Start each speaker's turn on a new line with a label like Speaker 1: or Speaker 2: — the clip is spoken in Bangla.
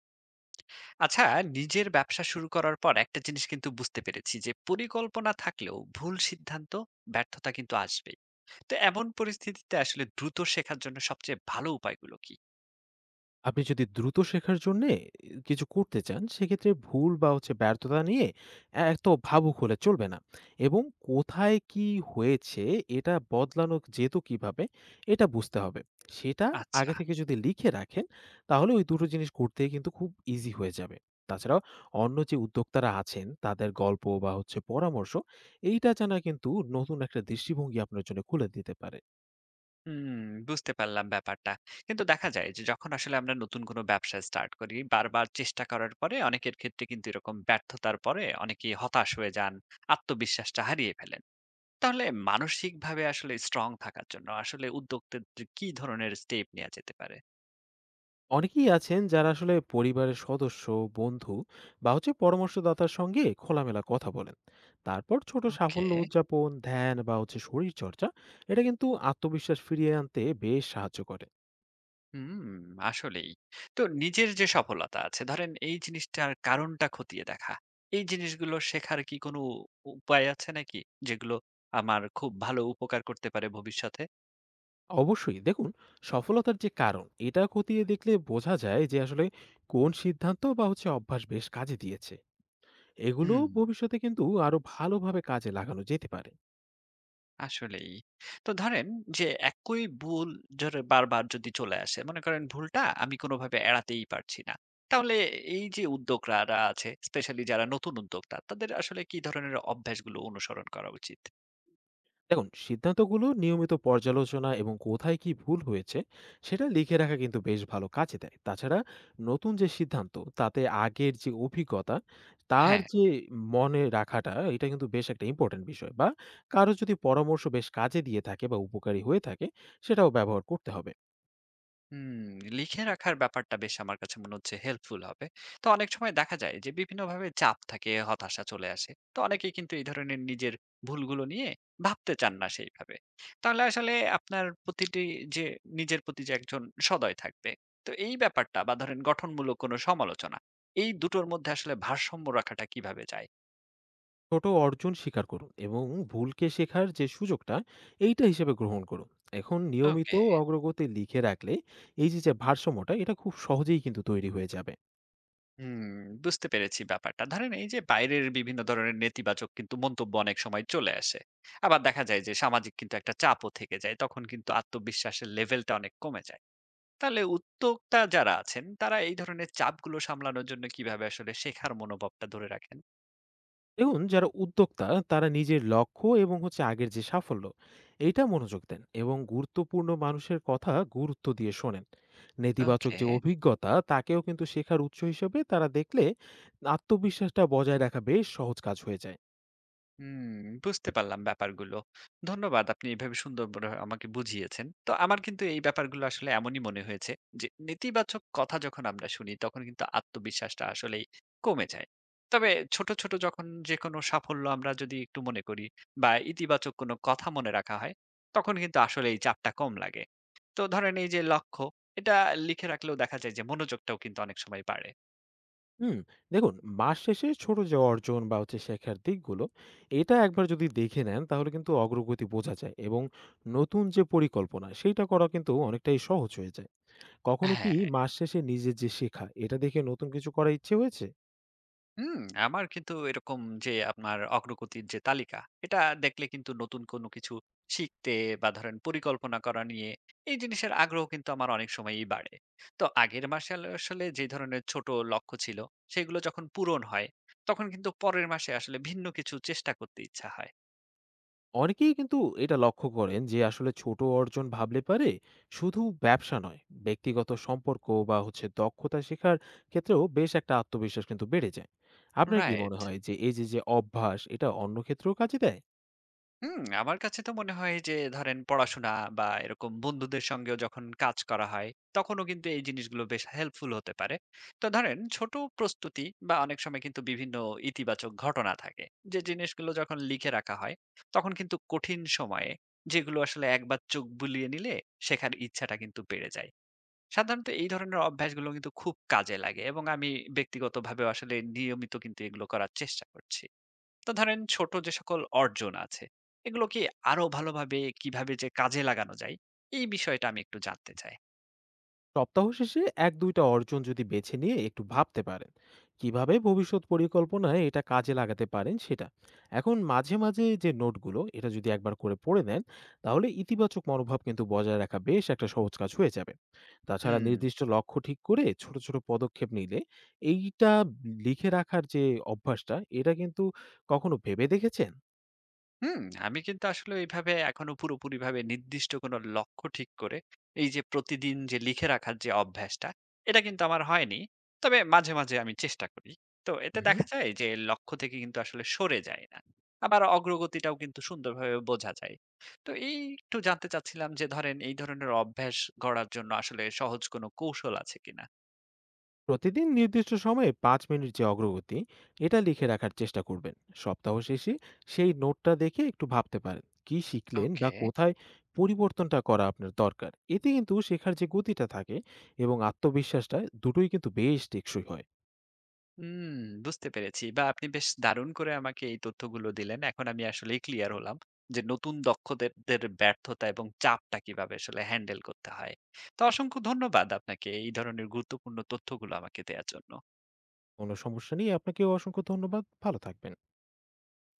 Speaker 1: আচ্ছা। নিজের ব্যবসা শুরু করার পর একটা জিনিস কিন্তু বুঝতে পেরেছি যে পরিকল্পনা থাকলেও ভুল সিদ্ধান্ত ব্যর্থতা কিন্তু আসবেই। তো এমন পরিস্থিতিতে আসলে দ্রুত শেখার জন্য সবচেয়ে ভালো উপায়গুলো কি?
Speaker 2: আপনি যদি দ্রুত শেখার জন্যে কিছু করতে চান, সেক্ষেত্রে ভুল বা ব্যর্থতা নিয়ে এত ভাবুক হলে চলবে না এবং কোথায় কি হয়েছে, এটা বদলানো যেত কিভাবে, এটা বুঝতে হবে। সেটা
Speaker 1: আচ্ছা।
Speaker 2: আগে থেকে যদি লিখে রাখেন, তাহলে ওই দুটো জিনিস করতেই কিন্তু খুব ইজি হয়ে যাবে। তাছাড়াও অন্য যে উদ্যোক্তারা আছেন, তাদের গল্প বা পরামর্শ, এইটা জানা কিন্তু নতুন একটা দৃষ্টিভঙ্গি আপনার জন্য খুলে দিতে পারে।
Speaker 1: হুম, বুঝতে পারলাম ব্যাপারটা। কিন্তু দেখা যায় যে যখন আসলে আমরা নতুন কোনো ব্যবসা স্টার্ট করি বারবার চেষ্টা করার পরে অনেকের ক্ষেত্রে কিন্তু এরকম ব্যর্থতার পরে অনেকে হতাশ হয়ে যান, আত্মবিশ্বাসটা হারিয়ে ফেলেন। তাহলে মানসিকভাবে আসলে স্ট্রং থাকার জন্য আসলে উদ্যোক্তাদের কি ধরনের স্টেপ নেওয়া যেতে পারে?
Speaker 2: অনেকেই আছেন যারা আসলে পরিবারের সদস্য, বন্ধু বা পরামর্শদাতার সঙ্গে খোলামেলা কথা বলেন। তারপর ছোট
Speaker 1: ওকে।
Speaker 2: সাফল্য উদযাপন, ধ্যান বা শরীর চর্চা, এটা কিন্তু আত্মবিশ্বাস ফিরিয়ে আনতে বেশ সাহায্য করে।
Speaker 1: হুম, আসলেই। তো নিজের যে সফলতা আছে, ধরেন এই জিনিসটার কারণটা খতিয়ে দেখা। এই জিনিসগুলো শেখার কি কোনো উপায় আছে নাকি? যেগুলো আমার খুব ভালো উপকার করতে পারে ভবিষ্যতে?
Speaker 2: অবশ্যই দেখুন, সফলতার যে কারণ এটা খতিয়ে দেখলে বোঝা যায় যে আসলে কোন সিদ্ধান্ত বা অভ্যাস বেশ কাজে দিয়েছে, এগুলো
Speaker 1: হুম,
Speaker 2: ভবিষ্যতে কিন্তু আরো ভালোভাবে কাজে লাগানো যেতে পারে।
Speaker 1: আসলেই। তো ধরেন যে একই ভুল ধরে বারবার যদি চলে আসে, মনে করেন ভুলটা আমি কোনোভাবে এড়াতেই পারছি না। তাহলে এই যে উদ্যোক্তারা আছে, স্পেশালি যারা নতুন উদ্যোক্তা, তাদের আসলে কি ধরনের অভ্যাসগুলো অনুসরণ করা উচিত?
Speaker 2: দেখুন, সিদ্ধান্তগুলো নিয়মিত পর্যালোচনা এবং কোথায় কি ভুল হয়েছে সেটা লিখে রাখা কিন্তু বেশ ভালো কাজে দেয়। তাছাড়া নতুন যে সিদ্ধান্ত, তাতে আগের যে অভিজ্ঞতা, তার
Speaker 1: হ্যাঁ।
Speaker 2: যে মনে রাখাটা, এটা কিন্তু বেশ একটা ইম্পর্টেন্ট বিষয়। বা কারো যদি পরামর্শ বেশ কাজে দিয়ে থাকে বা উপকারী হয়ে থাকে, সেটাও ব্যবহার করতে হবে।
Speaker 1: হুম, লিখে রাখার ব্যাপারটা বেশ আমার কাছে মনে হচ্ছে হেল্পফুল হবে। তো অনেক সময় দেখা যায় যে বিভিন্নভাবে চাপ থাকে, হতাশা চলে আসে। তো অনেকেই কিন্তু এই ধরনের নিজের ভুলগুলো নিয়ে ভাবতে চান না সেইভাবে। তাহলে আসলে আপনার প্রতিটি যে নিজের প্রতি যে একজন সদয় থাকবে, তো এই ব্যাপারটা বা ধরেন গঠনমূলক কোনো সমালোচনা, এই দুটোর মধ্যে আসলে ভারসাম্য রাখাটা কিভাবে যায়?
Speaker 2: ছোট অর্জন স্বীকার করুন এবং ভুলকে শেখার যে সুযোগটা, এইটা হিসেবে গ্রহণ করুন। এখন নিয়মিত
Speaker 1: ওকে।
Speaker 2: অগ্রগতি লিখে রাখলে এই যে যে ভারসাম্যটা, এটা খুব সহজেই কিন্তু তৈরি হয়ে যাবে।
Speaker 1: হুম, বুঝতে পেরেছি ব্যাপারটা। ধরেন এই যে বাইরের বিভিন্ন ধরনের নেতিবাচক কিন্তু মন্তব্য অনেক সময় চলে আসে। আবার দেখা যায় যে সামাজিক কিন্তু একটা চাপও থেকে যায়। তখন কিন্তু আত্মবিশ্বাসের লেভেলটা অনেক কমে যায়। তাহলে উদ্যোক্তা যারা আছেন তারা এই ধরনের চাপগুলো সামলানোর জন্য কিভাবে আসলে শেখার মনোভাবটা ধরে রাখেন?
Speaker 2: দেখুন, যারা উদ্যোক্তা, তারা নিজের লক্ষ্য এবং আগের যে সাফল্য, এটা মনোযোগ দেন এবং গুরুত্বপূর্ণ মানুষের কথা গুরুত্ব দিয়ে শোনেন। নেতিবাচক
Speaker 1: ওকে।
Speaker 2: যে অভিজ্ঞতা তাকেও কিন্তু শেখার উৎস হিসেবে তারা দেখলে আত্মবিশ্বাসটা বজায় রাখা বেশ সহজ কাজ হয়ে যায়।
Speaker 1: হুম, বুঝতে পারলাম ব্যাপারগুলো। ধন্যবাদ আপনি এভাবে সুন্দর করে আমাকে বুঝিয়েছেন। তো আমার কিন্তু এই ব্যাপারগুলো আসলে এমনই মনে হয়েছে যে নেতিবাচক কথা যখন আমরা শুনি তখন কিন্তু আত্মবিশ্বাসটা আসলেই কমে যায়। তবে ছোট, ছোট যখন যেকোনো সাফল্য আমরা যদি একটু মনে করি বা ইতিবাচক কোনো কথা মনে রাখা হয় তখন কিন্তু আসলে এই চাপটা কম লাগে। তো ধরেন এই যে লক্ষ্য এটা লিখে রাখলেও দেখা যায় যে মনোযোগটাও কিন্তু অনেক সময় বাড়ে।
Speaker 2: হুম, দেখুন, মাস শেষে ছোট যে অর্জন বা শেখার দিকগুলো, এটা একবার যদি দেখে নেন তাহলে কিন্তু অগ্রগতি বোঝা যায় এবং নতুন যে পরিকল্পনা সেইটা করা কিন্তু অনেকটাই সহজ হয়ে যায়। কখনো কি
Speaker 1: হ্যাঁ।
Speaker 2: মাস শেষে নিজের যে শেখা, এটা দেখে নতুন কিছু করার ইচ্ছে হয়েছে?
Speaker 1: হুম, আমার কিন্তু এরকম যে আপনার অগ্রগতির যে তালিকা, এটা দেখলে কিন্তু নতুন কোনো কিছু শিখতে বা ধরেন পরিকল্পনা করা নিয়ে এই জিনিসের আগ্রহ কিন্তু আমার অনেক সময়ই বাড়ে। তো আগের মাসে আসলে যে ধরনের ছোট লক্ষ্য ছিল, সেগুলো যখন পূরণ হয়, তখন কিন্তু পরের মাসে আসলে ভিন্ন কিছু চেষ্টা করতে ইচ্ছা হয়।
Speaker 2: অনেকেই কিন্তু এটা লক্ষ্য করেন যে আসলে ছোট অর্জন ভাবলে পারে শুধু ব্যবসা নয়, ব্যক্তিগত সম্পর্ক বা দক্ষতা শেখার ক্ষেত্রেও বেশ একটা আত্মবিশ্বাস কিন্তু বেড়ে যায়। আপনার কি
Speaker 1: রাইট।
Speaker 2: মনে হয় যে এই যে, যে অভ্যাস এটা অন্য ক্ষেত্রেও কাজে দেয়?
Speaker 1: হুম, আমার কাছে তো মনে হয় যে ধরেন পড়াশোনা বা এরকম বন্ধুদের সঙ্গেও যখন কাজ করা হয় তখনও কিন্তু এই জিনিসগুলো বেশ হেল্পফুল হতে পারে। তো ধরেন ছোট প্রস্তুতি বা অনেক সময় কিন্তু বিভিন্ন ইতিবাচক ঘটনা থাকে। যে জিনিসগুলো যখন লিখে রাখা হয় তখন কিন্তু কঠিন সময়ে যেগুলো আসলে একবার চোখ বুলিয়ে নিলে শেখার ইচ্ছাটা কিন্তু বেড়ে যায়। সাধারণত এই ধরনের অভ্যাসগুলো কিন্তু খুব কাজে লাগে এবং আমি ব্যক্তিগতভাবেও আসলে নিয়মিত কিন্তু এগুলো করার চেষ্টা করছি। তো ধরেন ছোট যে সকল অর্জন আছে এগুলো কি আরো ভালোভাবে কিভাবে যে কাজে লাগানো যায় এই বিষয়টা আমি একটু জানতে চাই।
Speaker 2: সপ্তাহ শেষে এক দুইটা অর্জন যদি বেছে নিয়ে একটু ভাবতে পারেন কিভাবে ভবিষ্যৎ পরিকল্পনায় এটা কাজে লাগাতে পারেন সেটা। এখন মাঝে মাঝে যে নোটগুলো, এটা যদি একবার করে পড়ে নেন তাহলে ইতিবাচক মনোভাব কিন্তু বজায় রাখা বেশ একটা সহজ কাজ হয়ে যাবে। তাছাড়া
Speaker 1: হুম।
Speaker 2: নির্দিষ্ট লক্ষ্য ঠিক করে ছোট ছোট পদক্ষেপ নিলে, এইটা লিখে রাখার যে অভ্যাসটা, এটা কিন্তু কখনো ভেবে দেখেছেন?
Speaker 1: হুম, আমি কিন্তু আসলে এইভাবে এখনো পুরোপুরিভাবে নির্দিষ্ট কোনো লক্ষ্য ঠিক করে এই যে প্রতিদিন যে লিখে রাখার যে অভ্যাসটা, এটা কিন্তু আমার হয়নি। তবে মাঝে, মাঝে আমি চেষ্টা করি। তো এতে দেখা যায় যে লক্ষ্য থেকে কিন্তু আসলে সরে যায় না। আবার অগ্রগতিটাও কিন্তু সুন্দরভাবে বোঝা যায়। তো এই একটু জানতে চাচ্ছিলাম যে ধরেন এই ধরনের অভ্যাস গড়ার জন্য আসলে সহজ কোনো কৌশল আছে কিনা?
Speaker 2: প্রতিদিন নির্দিষ্ট সময়ে 5 মিনিট যে অগ্রগতি, এটা লিখে রাখার চেষ্টা করবেন। সপ্তাহ শেষে সেই নোটটা দেখে একটু ভাবতে পারেন কি শিখলেন
Speaker 1: ওকে।
Speaker 2: বা কোথায় পরিবর্তনটা করা আপনার দরকার। এতে কিন্তু শেখার যে গতিটা থাকে এবং আত্মবিশ্বাসটা, দুটোই কিন্তু বেশ টেকসই হয়।
Speaker 1: হুম, বুঝতে পেরেছি। বা আপনি বেশ দারুণ করে আমাকে এই তথ্যগুলো দিলেন। এখন আমি আসলেই ক্লিয়ার হলাম যে নতুন দক্ষতাদের ব্যর্থতা এবং চাপটা কিভাবে আসলে হ্যান্ডেল করতে হয়। তো অসংখ্য ধন্যবাদ আপনাকে এই ধরনের গুরুত্বপূর্ণ তথ্যগুলো আমাকে দেয়ার জন্য।
Speaker 2: কোনো সমস্যা নেই, আপনাকেও অসংখ্য ধন্যবাদ, ভালো থাকবেন।